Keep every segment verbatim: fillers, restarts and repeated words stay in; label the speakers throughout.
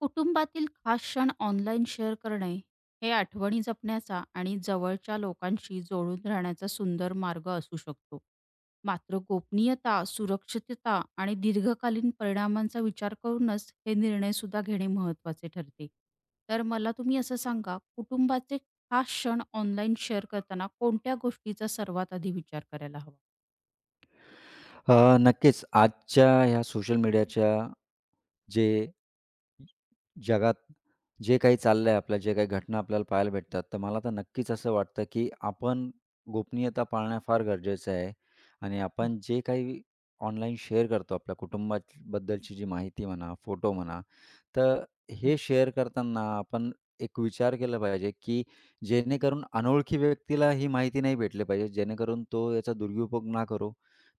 Speaker 1: कुटुंबातील खास क्षण ऑनलाईन शेअर करणे हे आठवणी जपण्याचा आणि जवळच्या लोकांशी जोडून राहण्याचा सुंदर मार्ग असू शकतो. मात्र गोपनीयता, सुरक्षितता आणि दीर्घकालीन परिणामांचा विचार करूनच हे निर्णय सुद्धा घेणे महत्त्वाचे ठरते. तर मला तुम्ही असं सांगा, कुटुंबाचे खास क्षण ऑनलाईन शेअर करताना कोणत्या गोष्टीचा सर्वात आधी विचार करायला हवा?
Speaker 2: अ, नक्कीच आजच्या ह्या सोशल मीडियाच्या जे जगात जे काही चाललंय, आपल्या जे काही घटना आपल्याला पाहायला भेटतात, तर मला तर नक्कीच असं वाटतं, की आपण गोपनीयता पाळणं फार गरजेचं आहे. आणि
Speaker 1: हं,
Speaker 2: आपण जे काही ऑनलाईन शेअर करतो आपल्या कुटुंबाबद्दलची जी माहिती म्हणा, फोटो म्हणा, तर
Speaker 1: हं,
Speaker 2: हे शेअर करताना आपण एक विचार केला पाहिजे, की जेणेकरून अनोळखी व्यक्तीला ही माहिती नाही भेटली पाहिजे, जेणेकरून तो याचा दुरुपयोग ना करो.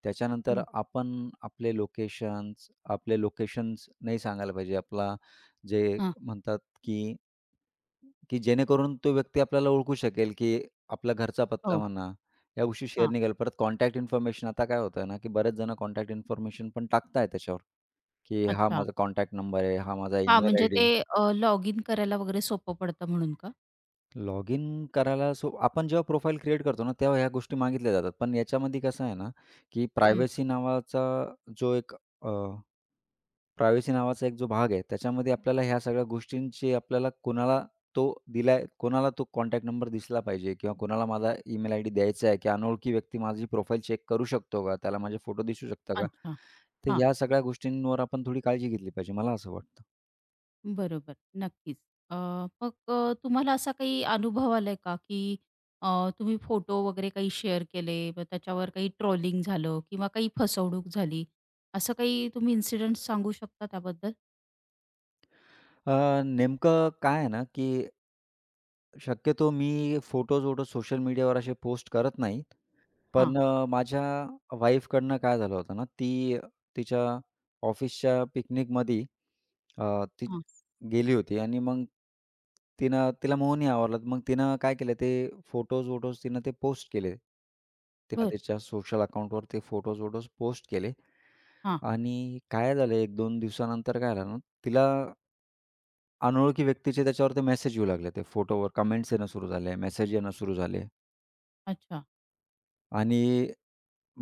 Speaker 2: त्याच्यानंतर
Speaker 1: हो,
Speaker 2: आपण आपले लोकेशन्स आपले लोकेशन्स नाही सांगायला पाहिजे. आपला जे
Speaker 1: हां,
Speaker 2: म्हणतात, की की जेणेकरून तो व्यक्ती आपल्याला ओळखू शकेल, की आपला घरचा पत्ता
Speaker 1: हो,
Speaker 2: म्हणा, या गोष्टी शेअर
Speaker 1: हां,
Speaker 2: नाही केल्या. परत कॉन्टॅक्ट इन्फॉर्मेशन आता काय होतं ना, की बरेच जण कॉन्टॅक्ट इन्फॉर्मेशन पण टाकताय त्याच्यावर, की हा
Speaker 1: अच्छा.
Speaker 2: माझा कॉन्टॅक्ट नंबर आहे, हा माझा
Speaker 1: हां,
Speaker 2: ईमेल
Speaker 1: म्हणजे
Speaker 2: आयडी
Speaker 1: ते
Speaker 2: आहे.
Speaker 1: लॉग इन करायला वगैरे सोपं पडतं म्हणून का?
Speaker 2: लॉग इन करायला सो आपण जेव्हा प्रोफाईल क्रिएट करतो ना, तेव्हा ह्या गोष्टी मागितल्या जातात. पण याच्यामध्ये कसं आहे ना, की
Speaker 1: हं,
Speaker 2: प्रायव्हसी नावाचा जो एक प्रायव्हसी नावाचा एक जो भाग आहे, त्याच्यामध्ये आपल्याला ह्या सगळ्या गोष्टींची आपल्याला कोणाला तो दिलाय, कोणाला तो कॉन्टॅक्ट नंबर दिसला पाहिजे किंवा कोणाला माझा ईमेल आयडी द्यायचा आहे, की अनोळखी व्यक्ती माझी प्रोफाईल चेक करू शकतो का? त्याला माझे फोटो दिसू शकता का?
Speaker 1: अच्छा.
Speaker 2: तर
Speaker 1: हां,
Speaker 2: ह्या सगळ्या गोष्टींवर आपण थोडी काळजी घेतली पाहिजे, मला असं वाटतं.
Speaker 1: बरोबर. नक्कीच. अ, मग अ, तुम्हाला असा काही अनुभव आलाय का, की अ, तुम्ही फोटो वगैरे काही शेअर केले, मग त्याच्यावर काही ट्रोलिंग झालं किंवा काही फसवणूक झाली, असं काही तुम्ही इन्सिडेंट सांगू शकता त्याबद्दल?
Speaker 2: अ, नेमकं काय आहे ना, की शक्यतो मी फोटोज-वोटोज सोशल मीडियावर असे पोस्ट करत नाही.
Speaker 1: हां,
Speaker 2: पण अ, माझ्या वाईफकडनं काय झालं होतं ना, ती तिच्या ऑफिसच्या पिकनिकमध्ये अ, ती
Speaker 1: हां.
Speaker 2: गेली होती आणि मग तिनं तिला मोहनी आवरला. मग तिनं काय केलं ते फोटोज-वोटोज तिनं ते पोस्ट केले. तिनं
Speaker 1: बरं.
Speaker 2: तिच्या सोशल अकाउंटवर ते फोटोज-वोटोज पोस्ट केले
Speaker 1: हां,
Speaker 2: आणि काय झालं, एक दोन दिवसानंतर काय झालं ना, तिला अनोळखी व्यक्तीचे त्याच्यावर ते मेसेज येऊ लागले. ते फोटोवर कमेंट्स येणं सुरू झाले, मेसेज येणं सुरू झाले
Speaker 1: अच्छा.
Speaker 2: आणि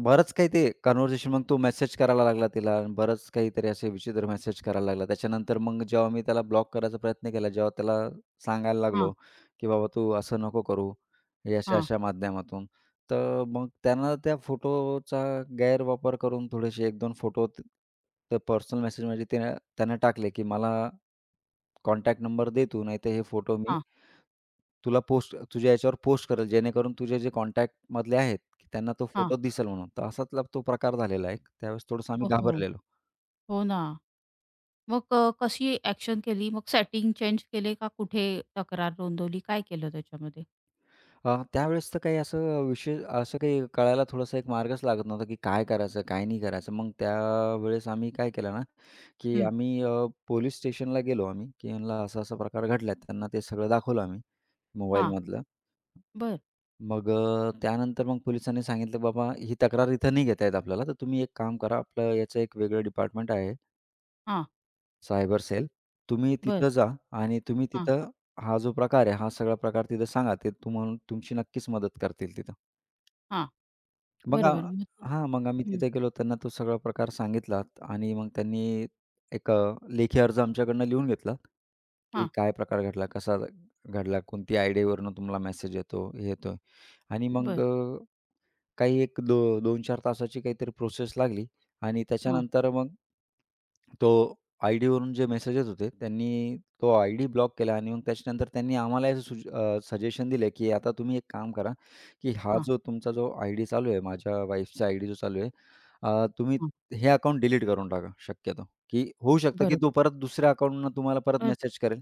Speaker 2: बरंच काही ते कन्व्हर्सेशन, मग तो मेसेज करायला लागला तिला आणि बरंच काहीतरी असे विचित्र मेसेज करायला लागला. त्याच्यानंतर मग जेव्हा मी त्याला ब्लॉक करायचा प्रयत्न केला, जेव्हा त्याला सांगायला
Speaker 1: हां,
Speaker 2: लागलो, की "बाबा तू असं नको करू, हे
Speaker 1: हां,
Speaker 2: अशा-अशा माध्यमातून." तर मग त्यांना त्या फोटोचा गैरवापर करून थोडेसे एक दोन फोटो ते पर्सनल मेसेज म्हणजे त्यानं त्यानं टाकले, की "मला कॉन्टॅक्ट नंबर दे तू, नाहीतर हे फोटो मी
Speaker 1: हां,
Speaker 2: तुला पोस्ट तुझ्या याच्यावर पोस्ट करेल, जेणेकरून तुझे जे कॉन्टॅक्टमधले आहेत, की त्यांना तो
Speaker 1: हां.
Speaker 2: फोटो दिसेल म्हणून." तर असातला तो प्रकार झालेला एक. त्यावेळेस थोडंसं आम्ही
Speaker 1: हो, हो.
Speaker 2: घाबरलेलो.
Speaker 1: हो ना. मग अ, कशी ॲक्शन केली? मग सेटिंग चेंज केले का, कुठे तक्रार नोंदवली? काय केलं त्याच्यामध्ये?
Speaker 2: अ, त्यावेळेस तर काही असं विशेष असं काही कळायला थोडासा एक मार्गच लागत नव्हता, की काय करायचं, काय नाही करायचं. मग त्यावेळेस आम्ही काय केलं ना, की
Speaker 1: हं.
Speaker 2: आम्ही अ, पोलीस स्टेशनला गेलो आम्ही, की ह्यांना असा-असा प्रकार घडलाय. त्यांना ते सगळं दाखवलं आम्ही
Speaker 1: हां.
Speaker 2: मोबाईलमधलं.
Speaker 1: बरं.
Speaker 2: मग अ, त्यानंतर मग पोलिसांनी सांगितलं, "बाबा ही तक्रार इथं नाही घेता येत आपल्याला, तर तुम्ही एक काम करा, आपलं याचं एक वेगळं डिपार्टमेंट आहे."
Speaker 1: हां,
Speaker 2: सायबर सेल. तुम्ही
Speaker 1: बरं.
Speaker 2: तिथं जा आणि तुम्ही
Speaker 1: हां,
Speaker 2: तिथं हा जो प्रकार आहे, हा सगळा प्रकार तिथं सांगा. ते तुम्हाला तुमची नक्कीच मदत करतील तिथं.
Speaker 1: हां.
Speaker 2: मग अ,
Speaker 1: बरोबर. मग तू.
Speaker 2: हां, मग आम्ही
Speaker 1: हं.
Speaker 2: तिथे गेलो. त्यांना तो सगळा प्रकार सांगितला आणि मग त्यांनी एक अ, लेखी अर्ज आमच्याकडनं लिहून घेतला, की
Speaker 1: हां.
Speaker 2: काय प्रकार घडला, कसा घडला, कोणती आयडीवरून तुम्हाला मेसेज येतो, हे येतोय. आणि मग
Speaker 1: बरं.
Speaker 2: अ काही एक दो दोन चार तासाची काहीतरी प्रोसेस लागली आणि
Speaker 1: हां,
Speaker 2: त्याच्यानंतर मग तो आयडीवरून जे मेसेज येत होते, त्यांनी तो आयडी ब्लॉक केला. आणि मग त्याच्यानंतर त्यांनी आम्हाला हे सुज सजेशन दिले, की आता तुम्ही एक काम करा, की हा
Speaker 1: हां,
Speaker 2: जो तुमचा जो आयडी चालू आहे, माझ्या वाईफचा आयडी जो चालू आहे, अ, तुम्ही
Speaker 1: हां.
Speaker 2: हे अकाउंट डिलीट करून टाका शक्यतो, की होऊ शकतं की तो
Speaker 1: बरोबर.
Speaker 2: परत दुसऱ्या अकाउंटनं तुम्हाला परत
Speaker 1: अ,
Speaker 2: मेसेज करेल.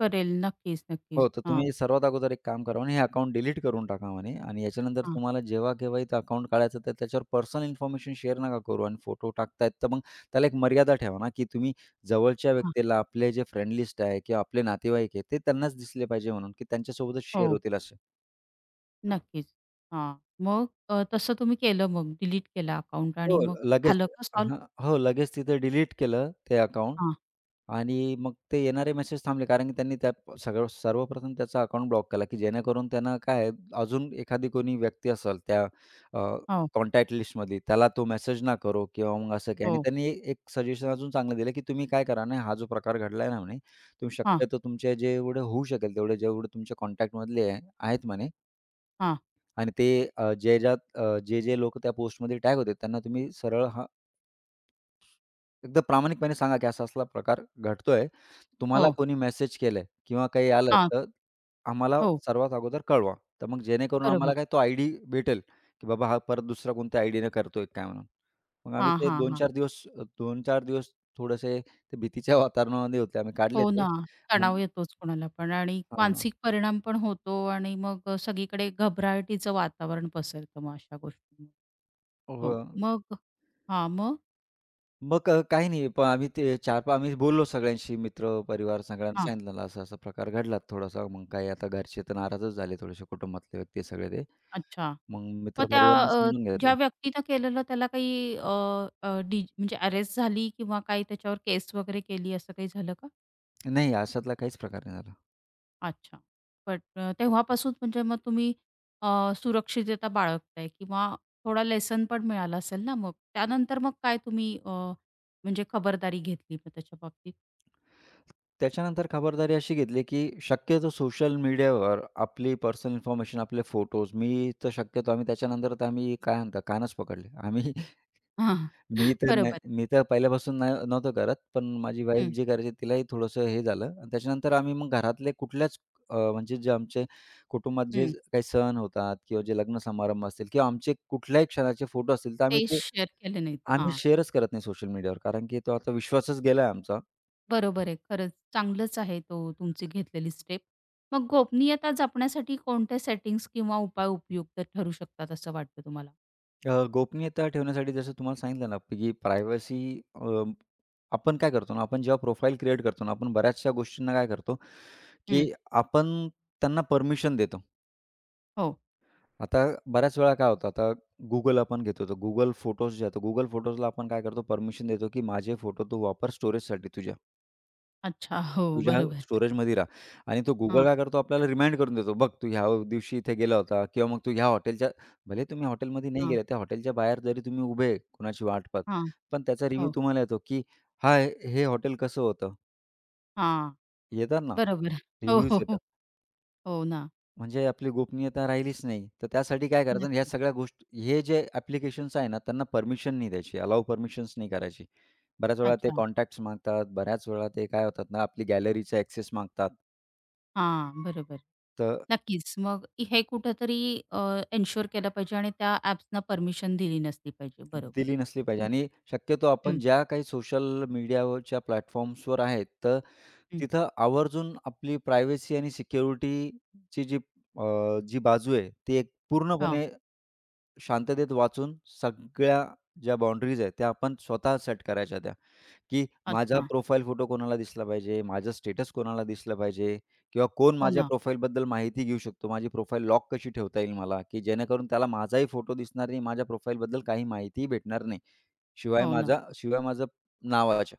Speaker 1: करेल. नक्कीच,
Speaker 2: हो,
Speaker 1: नक्कीच.
Speaker 2: तर
Speaker 1: हां,
Speaker 2: तुम्ही सर्वात अगोदर एक काम करा म्हणे, हे अकाउंट डिलीट करून टाका म्हणे. आणि याच्यानंतर
Speaker 1: हां,
Speaker 2: तुम्हाला जेव्हा केव्हाही ते अकाउंट काढायचं तर त्याच्यावर पर्सनल इन्फॉर्मेशन शेअर नका करू आणि फोटो टाकतायत तर मग त्याला एक मर्यादा ठेवा ना, की तुम्ही जवळच्या
Speaker 1: हां.
Speaker 2: व्यक्तीला, आपले जे फ्रेंड लिस्ट आहे किंवा आपले नातेवाईक आहे ते त्यांनाच दिसले पाहिजे म्हणून, की त्यांच्यासोबतच शेअर
Speaker 1: हो,
Speaker 2: होतील असे.
Speaker 1: नक्कीच. हां. मग अ, तसं तुम्ही केलं, मग डिलीट केला अकाउंट, आणि
Speaker 2: हो,
Speaker 1: मग
Speaker 2: लगेच.
Speaker 1: झालं का सॉल्व्ह?
Speaker 2: हां, हो, लगेच तिथे डिलीट केलं ते अकाउंट
Speaker 1: हां.
Speaker 2: आणि मग ते येणारे मेसेज थांबले. कारण की त्यांनी त्यात सगळं सर्वप्रथम त्याचा अकाउंट ब्लॉक केला, की जेणेकरून त्यांना काय आहे, अजून एखादी कोणी व्यक्ती असेल त्या अ,
Speaker 1: हो,
Speaker 2: कॉन्टॅक्ट लिस्टमधली, त्याला तो मेसेज ना करो किंवा मग असं काही. आणि
Speaker 1: हो.
Speaker 2: त्यांनी एक सजेशन अजून चांगलं दिलं, की तुम्ही काय करा ना, हा जो प्रकार घडलाय ना म्हणे, तुम्ही
Speaker 1: हां,
Speaker 2: शक्यतो तुमचे जेवढे होऊ शकेल तेवढे, जेवढे तुमच्या कॉन्टॅक्टमधले आहेत म्हणे
Speaker 1: हां.
Speaker 2: आणि ते अ, जे ज्यात अ, जे, जे लोकं त्या पोस्टमध्ये टॅग होते, त्यांना तुम्ही सरळ हा एकदा प्रामाणिकपणे सांगा, की असा-असला प्रकार घडतोय. तुम्हाला
Speaker 1: हो.
Speaker 2: कोणी मेसेज केलंय किंवा काही आलं,
Speaker 1: हां.
Speaker 2: तर आम्हाला
Speaker 1: हो.
Speaker 2: सर्वात अगोदर कळवा. तर मग जेणेकरून आम्हाला
Speaker 1: बरोबर.
Speaker 2: काय तो आयडी भेटेल, की बाबा हा परत दुसरा कोणत्या आयडीने करतोय काय म्हणून. मग आम्ही
Speaker 1: हां,
Speaker 2: ते
Speaker 1: हां, हां.
Speaker 2: दोन चार दिवस दोन चार दिवस थोडेसे ते भीतीच्या वातावरणामध्ये होते. आम्ही काढले
Speaker 1: हो
Speaker 2: ते.
Speaker 1: ना.
Speaker 2: मग
Speaker 1: तणाव येतोच कोणाला पण, आणि
Speaker 2: हां.
Speaker 1: मानसिक परिणाम पण होतो, आणि मग अ, सगळीकडे घबराटीचं वातावरण पसरतं मग अशा गोष्टी.
Speaker 2: हो.
Speaker 1: हो. मग. हां, मग?
Speaker 2: मग अ, काही नाही, पण आम्ही ते चार पाच आम्ही बोललो सगळ्यांशी मित्र, परिवार सगळ्यांना
Speaker 1: हां.
Speaker 2: सांगितलेलं असा-असा प्रकार घडला थोडासा. मग काही आता घरचे तर नाराजच झाले थोडेसे, कुटुंबातले व्यक्ती सगळे ते.
Speaker 1: अच्छा.
Speaker 2: मग
Speaker 1: मग त्या
Speaker 2: मित्रपरिवाराने
Speaker 1: अ,
Speaker 2: समजून
Speaker 1: ज्या
Speaker 2: घेतलं.
Speaker 1: व्यक्तीनं केलेलं त्याला काही अ, अ, डी म्हणजे अरेस्ट झाली किंवा काही त्याच्यावर केस वगैरे केली, असं काही झालं का?
Speaker 2: नाही, अशातला काहीच प्रकार नाही झाला.
Speaker 1: अच्छा. बट अ, तेव्हापासून म्हणजे मग तुम्ही अ, सुरक्षितता बाळगताय किंवा थोडा लेसन पण मिळाला असेल ना मग? त्यानंतर मग काय तुम्ही अ, म्हणजे खबरदारी घेतली मग त्याच्या बाबतीत?
Speaker 2: त्याच्यानंतर खबरदारी अशी घेतली, की शक्यतो सोशल मीडियावर आपली पर्सनल इन्फॉर्मेशन, आपले फोटोज मी तर शक्यतो, आम्ही त्याच्यानंतर तर आम्ही काय म्हणता कानच पकडले. आम्ही
Speaker 1: हां,
Speaker 2: मी तर नाही,
Speaker 1: बरोबर.
Speaker 2: मी तर पहिल्यापासून नाही नव्हतो करत. पण माझी वाईफ
Speaker 1: हं,
Speaker 2: जी करायची तिलाही थोडंसं हे झालं आणि त्याच्यानंतर आम्ही मग घरातले कुठल्याच अ, म्हणजे जे आमचे कुटुंबात जे
Speaker 1: हं.
Speaker 2: काही सण होतात किंवा जे लग्न समारंभ असतील किंवा आमचे कुठल्याही क्षणाचे फोटो असतील, तर आम्ही
Speaker 1: ते
Speaker 2: ते
Speaker 1: शेअर केले नाहीत.
Speaker 2: आम्ही
Speaker 1: हां.
Speaker 2: शेअरच करत नाही सोशल मीडियावर. कारण की तो आता विश्वासच गेला आमचा.
Speaker 1: बरोबर आहे. खरंच चांगलंच आहे तो तुमची घेतलेली स्टेप. मग गोपनीयता जपण्यासाठी कोणत्या सेटिंग्स किंवा उपाय उपयुक्त ठरू शकतात असं वाटतं तुम्हाला?
Speaker 2: अ, गोपनीयता ठेवण्यासाठी जसं तुम्हाला सांगितलं ना, की प्रायव्हसी अ, आपण काय करतो ना, आपण जेव्हा प्रोफाइल क्रिएट करतो ना, आपण बऱ्याचशा गोष्टींना काय करतो,
Speaker 1: हं.
Speaker 2: की आपण त्यांना परमिशन देतो.
Speaker 1: हो.
Speaker 2: आता बऱ्याच वेळा काय होतं, आता Google आपण घेतो, तर Google फोटोज जे आहेत, Google फोटोजला आपण काय करतो, परमिशन देतो, की माझे फोटो तू वापर स्टोरेजसाठी तुझ्या.
Speaker 1: अच्छा. हो,
Speaker 2: तुझ्या
Speaker 1: बरोबर.
Speaker 2: स्टोरेजमध्ये राहा आणि तो Google
Speaker 1: हां,
Speaker 2: काय करतो, आपल्याला रिमाइंड करून देतो. बघ, तू ह्या दिवशी इथे गेला होता किंवा मग तू ह्या हॉटेलच्या, भले तुम्ही हॉटेलमध्ये नाही
Speaker 1: हां,
Speaker 2: गेले, त्या हॉटेलच्या बाहेर जरी तुम्ही उभे आहे कोणाची वाट पाहत,
Speaker 1: हां.
Speaker 2: पण त्याचा रिव्ह्यू
Speaker 1: हो.
Speaker 2: तुम्हाला येतो, की "हा, हे हे हॉटेल कसं होतं?"
Speaker 1: हां.
Speaker 2: येतात ना,
Speaker 1: बरोबर. हो,
Speaker 2: रिव्ह्यूज
Speaker 1: हो,
Speaker 2: येतात.
Speaker 1: हो. हो ना.
Speaker 2: म्हणजे आपली गोपनीयता राहिलीच नाही. तर त्यासाठी काय करायचं, ह्या
Speaker 1: नक्कीच.
Speaker 2: सगळ्या गोष्टी हे जे ॲप्लिकेशन्स आहे ना त्यांना परमिशन नाही द्यायची, अलाऊ परमिशन्स नाही करायची. बऱ्याच वेळा ते
Speaker 1: अच्छा.
Speaker 2: कॉन्टॅक्ट्स मागतात, बऱ्याच वेळा ते काय होतात ना, आपली गॅलरीचा ॲक्सेस मागतात.
Speaker 1: हां, बरोबर.
Speaker 2: तर
Speaker 1: नक्कीच. मग हे कुठेतरी अ, केलं पाहिजे आणि त्या ॲप्सना परमिशन दिली नसली पाहिजे. बरोबर.
Speaker 2: दिली नसली पाहिजे
Speaker 1: हं,
Speaker 2: आणि शक्यतो आपण
Speaker 1: हं,
Speaker 2: ज्या काही सोशल मीडियावरच्या प्लॅटफॉर्म्सवर आहेत, तर
Speaker 1: हं.
Speaker 2: तिथं आवर्जून आपली प्रायव्हसी आणि सिक्युरिटीची जी अ, जी बाजू आहे, ती एक
Speaker 1: हां.
Speaker 2: पूर्णपणे शांततेत वाचून, सगळ्या ज्या बाउंडरीज आहेत, त्या आपण स्वतः सेट करायच्या त्या. की माझा
Speaker 1: अच्छा.
Speaker 2: प्रोफाईल फोटो कोणाला दिसला पाहिजे, माझं स्टेटस कोणाला दिसलं पाहिजे किंवा कोण
Speaker 1: हो
Speaker 2: माझ्या
Speaker 1: ना,
Speaker 2: प्रोफाईलबद्दल माहिती घेऊ शकतो. माझी प्रोफाईल लॉक कशी ठेवता येईल मला, की जेणेकरून त्याला माझाही फोटो दिसणार नाही, माझ्या प्रोफाईलबद्दल काही माहितीही भेटणार नाही. शिवाय
Speaker 1: हो ना.
Speaker 2: माझा शिवाय माझं नावाच्या.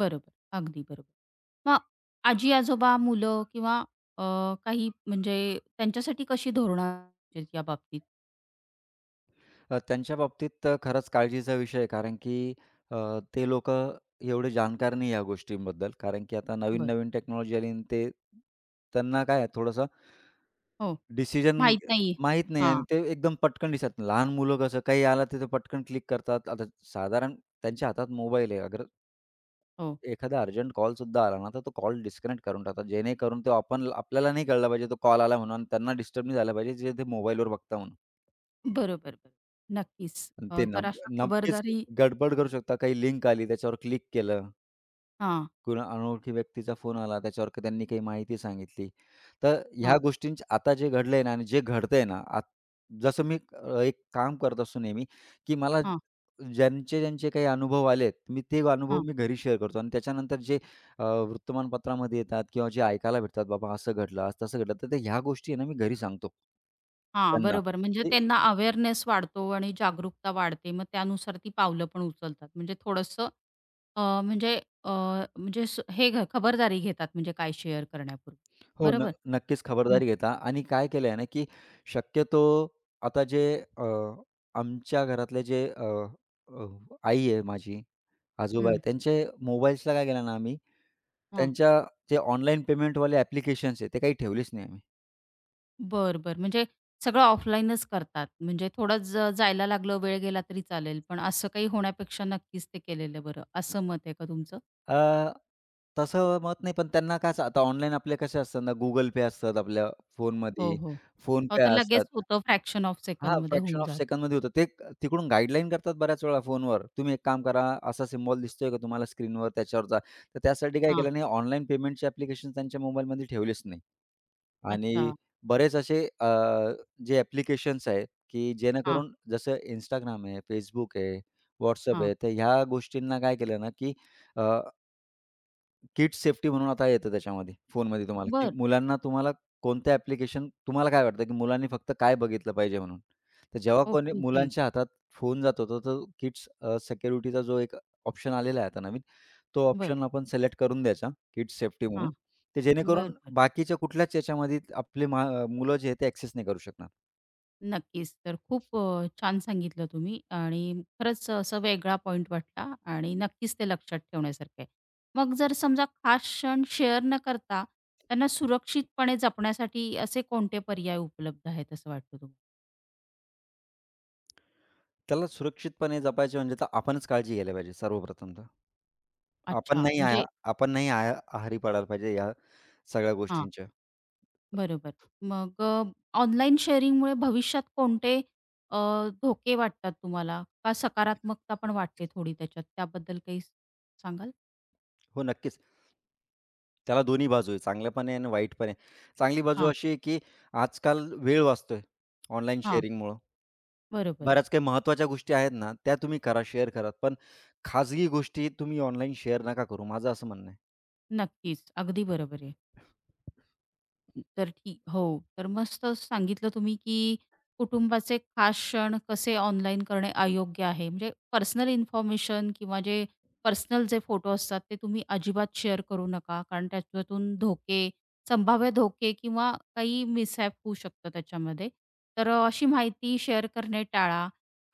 Speaker 1: बरोबर. अगदी बरोबर. मग आजी-आजोबा, मुलं किंवा अ, काही म्हणजे त्यांच्यासाठी कशी धोरणं आहेत या बाबतीत?
Speaker 2: अ, त्यांच्या बाबतीत तर खरंच काळजीचा विषय आहे, कारण की अ, ते लोकं एवढे जाणकार नाही या गोष्टींबद्दल, कारण की आता
Speaker 1: बरं.
Speaker 2: नवीन-नवीन टेक्नॉलॉजी आली आणि ते त्यांना काय आहे थोडंसं
Speaker 1: हो.
Speaker 2: डिसिजन
Speaker 1: माहीत नाहीये.
Speaker 2: माहीत नाही आणि
Speaker 1: हां.
Speaker 2: ते एकदम पटकन दिसतात. लहान मुलं, कसं काही आलं तिथं पटकन क्लिक करतात. आता साधारण त्यांच्या हातात मोबाईल आहे. अगर
Speaker 1: हो.
Speaker 2: एखादा अर्जंट कॉलसुद्धा आला ना, तर तो कॉल डिस्कनेक्ट करून टाकतात. जेणेकरून तो आपण आपल्याला नाही कळला पाहिजे तो कॉल आला म्हणून आणि त्यांना डिस्टर्ब नाही झाला पाहिजे जे ते मोबाईलवर बघता म्हणून.
Speaker 1: बरोबर, बरोबर. नक्कीच.
Speaker 2: आणि ते
Speaker 1: अ, तर
Speaker 2: नम
Speaker 1: अशा
Speaker 2: नक्कीच
Speaker 1: खबरदारी.
Speaker 2: गडबड करू शकता. काही लिंक आली, त्याच्यावर क्लिक केलं.
Speaker 1: हां,
Speaker 2: कुणा अनोळखी व्यक्तीचा फोन आला, त्याच्यावर क त्यांनी काही माहिती सांगितली. तर ह्या
Speaker 1: हां,
Speaker 2: गोष्टींची आता जे घडलंय ना आणि जे घडतंय ना, आत जसं मी अ, एक काम करत असतो नेहमी, की मला
Speaker 1: हां,
Speaker 2: ज्यांचे ज्यांचे काही अनुभव आलेत, मी ते अनुभव
Speaker 1: हां,
Speaker 2: मी घरी शेअर करतो आणि त्याच्यानंतर जे अ, वृत्तमानपत्रामध्ये येतात किंवा जे ऐकायला भेटतात, "बाबा असं घडलं, आज तसं घडलं." तर ते ह्या गोष्टी आहे ना, मी घरी सांगतो
Speaker 1: हां.
Speaker 2: त्यांना.
Speaker 1: बरोबर. म्हणजे त्यांना अवेअरनेस वाढतो आणि जागरूकता वाढते. मग त्यानुसार ती पावलं पण उचलतात. म्हणजे थोडंसं अ, म्हणजे अ, म्हणजे स हे घ- खबरदारी घेतात म्हणजे काय शेअर करण्यापूर्वी.
Speaker 2: हो, न
Speaker 1: बरोबर?
Speaker 2: नक्कीच
Speaker 1: हं,
Speaker 2: खबरदारी घेता आणि काय केलं आहे ना, की शक्यतो आता जे अ, आमच्या घरातले जे अ, अ, आई आहे माझी, आजोबा आहे,
Speaker 1: हं.
Speaker 2: त्यांचे मोबाईल्सला काय केलं ना आम्ही,
Speaker 1: हां.
Speaker 2: त्यांच्या जे ऑनलाईन पेमेंटवाले ॲप्लिकेशन्स आहेत, ते काही ठेवलेच नाही आम्ही.
Speaker 1: बर, बर, म्हणजे सगळं ऑफलाईनच करतात. म्हणजे थोडं ज जायला लागलं, वेळ गेला तरी चालेल, पण असं काही होण्यापेक्षा नक्कीच ते केलेलं बरं, असं मत आहे का तुमचं?
Speaker 2: अ, तसं मत नाही, पण त्यांना कसं आता ऑनलाईन आपले कसे असतात ना, Google Pay असतात आपल्या
Speaker 1: हो,
Speaker 2: फोनमध्ये,
Speaker 1: हो. हो,
Speaker 2: फोनपे
Speaker 1: तर
Speaker 2: असतात.
Speaker 1: लगेच होतं फ्रॅक्शन ऑफ
Speaker 2: हां,
Speaker 1: सेकंडमध्ये
Speaker 2: फ्रॅक्शन
Speaker 1: होऊन
Speaker 2: ऑफ
Speaker 1: जात.
Speaker 2: सेकंदमध्ये होतं. ते तिकडून गाईडलाईन करतात बऱ्याच वेळा फोनवर. तुम्ही एक काम करा, असा सिम्बॉल दिसतोय का तुम्हाला स्क्रीनवर त्याच्यावरचा. तर त्यासाठी काय
Speaker 1: हां,
Speaker 2: केलं, नाही ऑनलाईन पेमेंटचे ॲप्लिकेशन त्यांच्या मोबाईलमध्ये ठेवलेच नाही. आणि
Speaker 1: अच्छा.
Speaker 2: बरेच असे अ, जे ॲप्लिकेशन्स आहेत, की
Speaker 1: हां,
Speaker 2: जेणेकरून जसं Instagram आहे, Facebook आहे, WhatsApp
Speaker 1: हां.
Speaker 2: आहे, तर ह्या गोष्टींना काय केलं ना, की अ किड्स सेफ्टी म्हणून आता येतं त्याच्यामध्ये, फोनमध्ये तुम्हाला, की
Speaker 1: बर,
Speaker 2: मुलांना तुम्हाला कोणतं ॲप्लिकेशन, तुम्हाला काय वाटतं, की मुलांनी फक्त काय बघितलं पाहिजे म्हणून? तर जेव्हा कोणी
Speaker 1: ओके, ओके.
Speaker 2: मुलांच्या हातात फोन जातो, तर तो किड्स अ, सिक्युरिटीचा जो एक ऑप्शन आलेला आहे आता नवीन, तो
Speaker 1: बरं.
Speaker 2: ऑप्शन आपण सिलेक्ट करून द्यायचा, किड्स सेफ्टी
Speaker 1: हां.
Speaker 2: म्हणून. ते
Speaker 1: बरं,
Speaker 2: जेणेकरून
Speaker 1: बरं.
Speaker 2: बाकीच्या कुठल्याच याच्यामध्ये आपले मा मुलं जे आहे ते ॲक्सेस नाही करू शकणार.
Speaker 1: नक्कीच. तर खूप अ, छान सांगितलं तुम्ही आणि खरंच असं वेगळा पॉइंट वाटला आणि नक्कीच ते लक्षात ठेवण्यासारखं आहे. मग जर समजा खास क्षण शेअर न करता त्यांना सुरक्षितपणे जपण्यासाठी असे कोणते पर्याय उपलब्ध आहेत असं वाटतं तुम्हाला?
Speaker 2: त्याला सुरक्षितपणे जपायचे म्हणजे तर आपणच काळजी घ्यायला पाहिजे सर्वप्रथम तर. आपण
Speaker 1: अच्छा,
Speaker 2: नाही आया
Speaker 1: म्हणजे
Speaker 2: आपण नाही आया आहारी पडायला पाहिजे या सगळ्या
Speaker 1: हां,
Speaker 2: गोष्टींच्या.
Speaker 1: बरोबर. मग ऑनलाईन शेअरिंगमुळे भविष्यात कोणते अ, धोके वाटतात तुम्हाला? का सकारात्मकता पण वाटते थोडी त्याच्यात, त्याबद्दल काही सांगाल?
Speaker 2: हो, नक्कीच. त्याला दोन्ही बाजू आहे, चांगल्या पण आहे आणि वाईट पण आहे. चांगली बाजू
Speaker 1: हां,
Speaker 2: अशी आहे, की आजकाल वेळ वाचतोय ऑनलाईन
Speaker 1: हां.
Speaker 2: शेअरिंगमुळं.
Speaker 1: बरोबर.
Speaker 2: बऱ्याच काही महत्त्वाच्या गोष्टी आहेत ना, त्या तुम्ही करा, शेअर करा. पण खाजगी गोष्टी तुम्ही ऑनलाईन शेअर नका करू, माझं असं म्हणणं आहे.
Speaker 1: नक्कीच. अगदी बरोबर आहे. तर ठीक हो. तर मस्त सांगितलं तुम्ही, की कुटुंबाचे खास क्षण कसे ऑनलाईन करणे अयोग्य आहे. म्हणजे पर्सनल इन्फॉर्मेशन किंवा जे पर्सनल जे फोटो असतात, ते तुम्ही अजिबात शेअर करू नका. कारण त्याच्यातून धोके, संभाव्य धोके किंवा काही मिसहॅप होऊ शकतं त्याच्यामध्ये. तर अ, अशी माहिती शेअर करणे टाळा,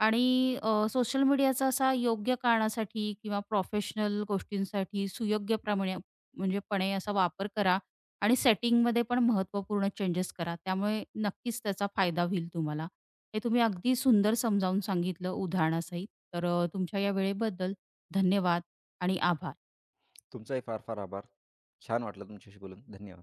Speaker 1: आणि सोशल मीडियाचा असा योग्य कारणासाठी किंवा प्रोफेशनल गोष्टींसाठी सुयोग्य प्रमाणे म्हणजे पणे असा वापर करा, आणि सेटिंगमध्ये पण महत्त्वपूर्ण चेंजेस करा. त्यामुळे नक्कीच त्याचा फायदा होईल तुम्हाला. हे तुम्ही अगदी सुंदर समजावून सांगितलं उदाहरणासहित. तर अ, तुमच्या या वेळेबद्दल धन्यवाद आणि आभार.
Speaker 2: तुमचाही फार फार आभार. छान वाटलं तुमच्याशी बोलून. धन्यवाद.